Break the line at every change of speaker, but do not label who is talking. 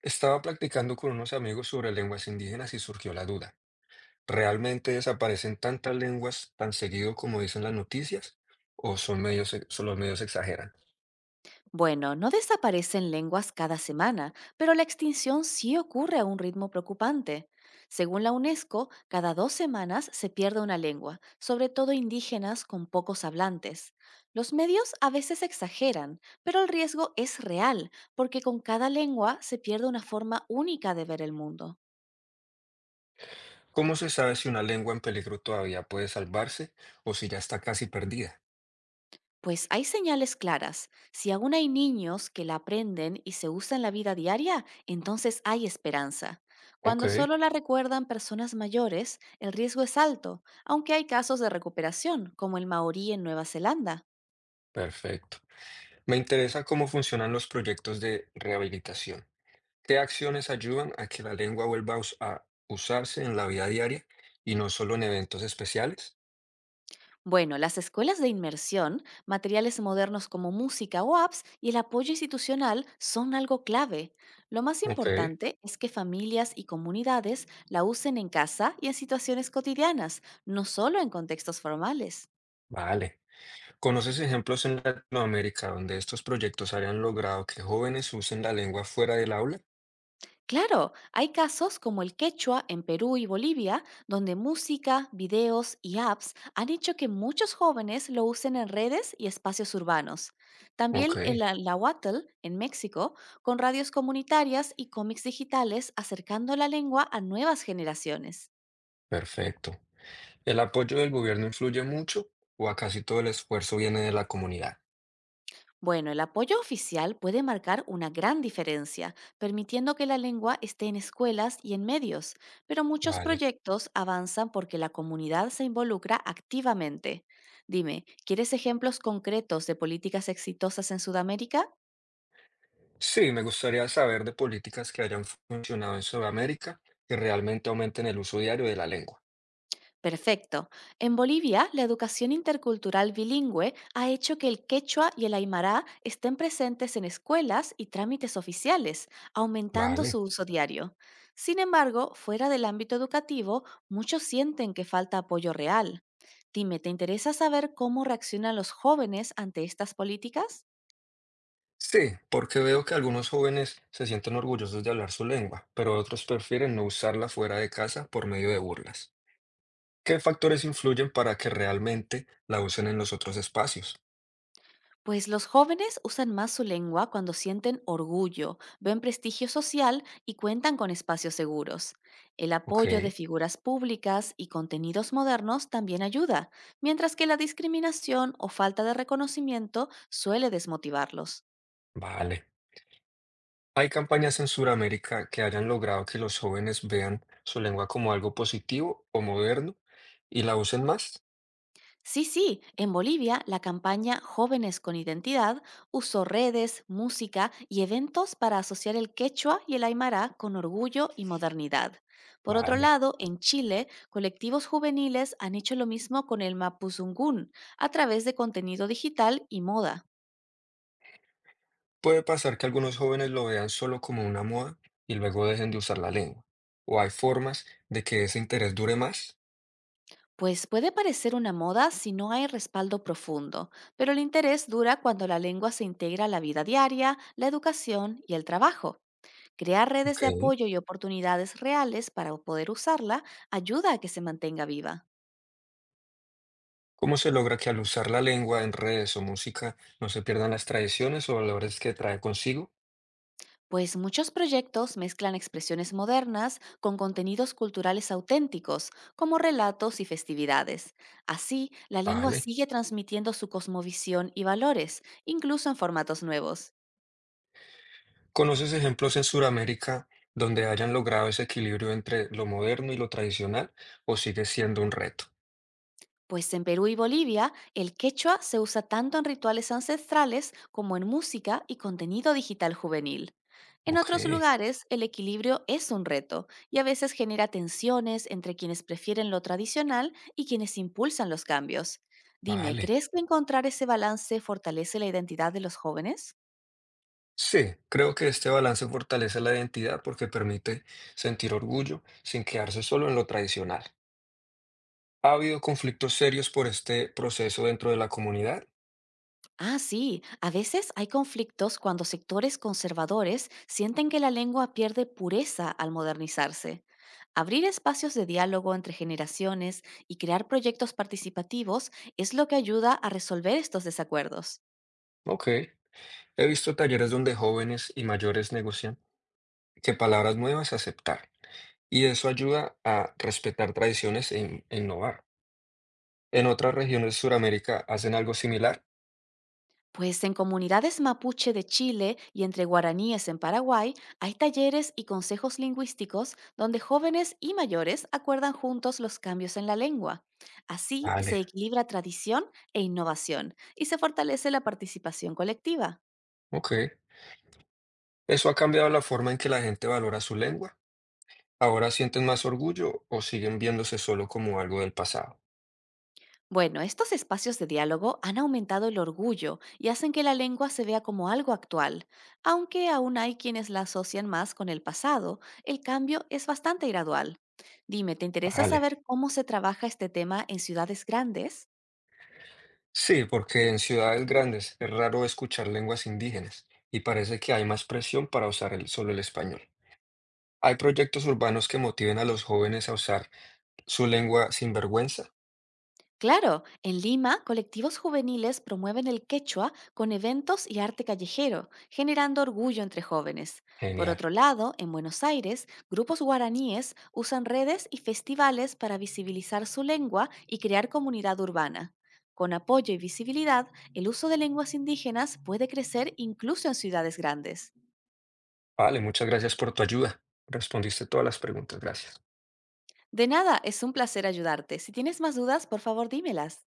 Estaba practicando con unos amigos sobre lenguas indígenas y surgió la duda. ¿Realmente desaparecen tantas lenguas tan seguido como dicen las noticias? ¿O son medios, son los medios exageran?
Bueno, no desaparecen lenguas cada semana, pero la extinción sí ocurre a un ritmo preocupante. Según la UNESCO, cada dos semanas se pierde una lengua, sobre todo indígenas con pocos hablantes. Los medios a veces exageran, pero el riesgo es real, porque con cada lengua se pierde una forma única de ver el mundo.
¿Cómo se sabe si una lengua en peligro todavía puede salvarse o si ya está casi perdida?
Pues hay señales claras. Si aún hay niños que la aprenden y se usa en la vida diaria, entonces hay esperanza.
Ok,
Cuando solo la recuerdan personas mayores, el riesgo es alto, aunque hay casos de recuperación, como el maorí en Nueva Zelanda.
perfecto. Me interesa cómo funcionan los proyectos de rehabilitación. ¿Qué acciones ayudan a que la lengua vuelva a usarse en la vida diaria y no solo en eventos especiales?
Bueno, las escuelas de inmersión, materiales modernos como música o apps y el apoyo institucional son algo clave. Lo más
Ok,
importante es que familias y comunidades la usen en casa y en situaciones cotidianas, no solo en contextos formales.
vale. ¿Conoces ejemplos en Latinoamérica donde estos proyectos hayan logrado que jóvenes usen la lengua fuera del aula?
Claro, hay casos como el quechua en Perú y Bolivia, donde música, videos y apps han hecho que muchos jóvenes lo usen en redes y espacios urbanos.
Ok,
También en la Nahuatl, en México, con radios comunitarias y cómics digitales acercando la lengua a nuevas generaciones.
perfecto. ¿El apoyo del gobierno influye mucho o a casi todo el esfuerzo viene de la comunidad?
Bueno, el apoyo oficial puede marcar una gran diferencia, permitiendo que la lengua esté en escuelas y en medios, pero muchos
Vale.
proyectos avanzan porque la comunidad se involucra activamente. Dime, ¿quieres ejemplos concretos de políticas exitosas en Sudamérica?
Sí, me gustaría saber de políticas que hayan funcionado en Sudamérica que realmente aumenten el uso diario de la lengua.
Perfecto. En Bolivia, la educación intercultural bilingüe ha hecho que el quechua y el aymara estén presentes en escuelas y trámites oficiales, aumentando
Vale.
su uso diario. Sin embargo, fuera del ámbito educativo, muchos sienten que falta apoyo real. Dime, ¿te interesa saber cómo reaccionan los jóvenes ante estas políticas?
Sí, porque veo que algunos jóvenes se sienten orgullosos de hablar su lengua, pero otros prefieren no usarla fuera de casa por medio de burlas. ¿Qué factores influyen para que realmente la usen en los otros espacios?
Pues los jóvenes usan más su lengua cuando sienten orgullo, ven prestigio social y cuentan con espacios seguros. El
Ok,
apoyo de figuras públicas y contenidos modernos también ayuda, mientras que la discriminación o falta de reconocimiento suele desmotivarlos.
vale. ¿Hay campañas en Sudamérica que hayan logrado que los jóvenes vean su lengua como algo positivo o moderno y la usen más?
Sí, sí, en Bolivia la campaña Jóvenes con Identidad usó redes, música y eventos para asociar el quechua y el aymara con orgullo y modernidad. Por otro
Vale.
lado, en Chile, colectivos juveniles han hecho lo mismo con el mapuzungún a través de contenido digital y moda.
Puede pasar que algunos jóvenes lo vean solo como una moda y luego dejen de usar la lengua. ¿O hay formas de que ese interés dure más?
Pues puede parecer una moda si no hay respaldo profundo, pero el interés dura cuando la lengua se integra a la vida diaria, la educación y el trabajo. Crear
Ok.
redes de apoyo y oportunidades reales para poder usarla ayuda a que se mantenga viva,
¿Cómo se logra que al usar la lengua en redes o música no se pierdan las tradiciones o valores que trae consigo?
pues muchos proyectos mezclan expresiones modernas con contenidos culturales auténticos, como relatos y festividades. Así, la lengua
Vale.
sigue transmitiendo su cosmovisión y valores, incluso en formatos nuevos.
¿Conoces ejemplos en Sudamérica donde hayan logrado ese equilibrio entre lo moderno y lo tradicional o sigue siendo un reto?
Pues en Perú y Bolivia, el quechua se usa tanto en rituales ancestrales como en música y contenido digital juvenil. En
Ok,
otros lugares, el equilibrio es un reto y a veces genera tensiones entre quienes prefieren lo tradicional y quienes impulsan los cambios. Dime,
vale.
¿crees que encontrar ese balance fortalece la identidad de los jóvenes?
Sí, creo que este balance fortalece la identidad porque permite sentir orgullo sin quedarse solo en lo tradicional. ¿Ha habido conflictos serios por este proceso dentro de la comunidad?
Ah, sí. A veces hay conflictos cuando sectores conservadores sienten que la lengua pierde pureza al modernizarse. Abrir espacios de diálogo entre generaciones y crear proyectos participativos es lo que ayuda a resolver estos desacuerdos.
Ok. He visto talleres donde jóvenes y mayores negocian qué palabras nuevas aceptar y eso ayuda a respetar tradiciones e innovar. ¿En otras regiones de Suramérica hacen algo similar?
Pues en comunidades mapuche de Chile y entre guaraníes en Paraguay hay talleres y consejos lingüísticos donde jóvenes y mayores acuerdan juntos los cambios en la lengua. Así se
Vale,
equilibra tradición e innovación y se fortalece la participación colectiva.
ok. ¿Eso ha cambiado la forma en que la gente valora su lengua? ¿Ahora sienten más orgullo o siguen viéndose solo como algo del pasado?
Bueno, estos espacios de diálogo han aumentado el orgullo y hacen que la lengua se vea como algo actual. Aunque aún hay quienes la asocian más con el pasado, el cambio es bastante gradual. Dime, ¿te interesa
Vale.
saber cómo se trabaja este tema en ciudades grandes?
Sí, porque en ciudades grandes es raro escuchar lenguas indígenas y parece que hay más presión para usar solo el español. ¿Hay proyectos urbanos que motiven a los jóvenes a usar su lengua sin vergüenza?
Claro, en Lima, colectivos juveniles promueven el quechua con eventos y arte callejero, generando orgullo entre jóvenes. Por
Genial.
otro lado, en Buenos Aires, grupos guaraníes usan redes y festivales para visibilizar su lengua y crear comunidad urbana. Con apoyo y visibilidad, el uso de lenguas indígenas puede crecer incluso en ciudades grandes.
Vale, muchas gracias por tu ayuda. Respondiste todas las preguntas, gracias.
De nada, es un placer ayudarte. Si tienes más dudas, por favor dímelas.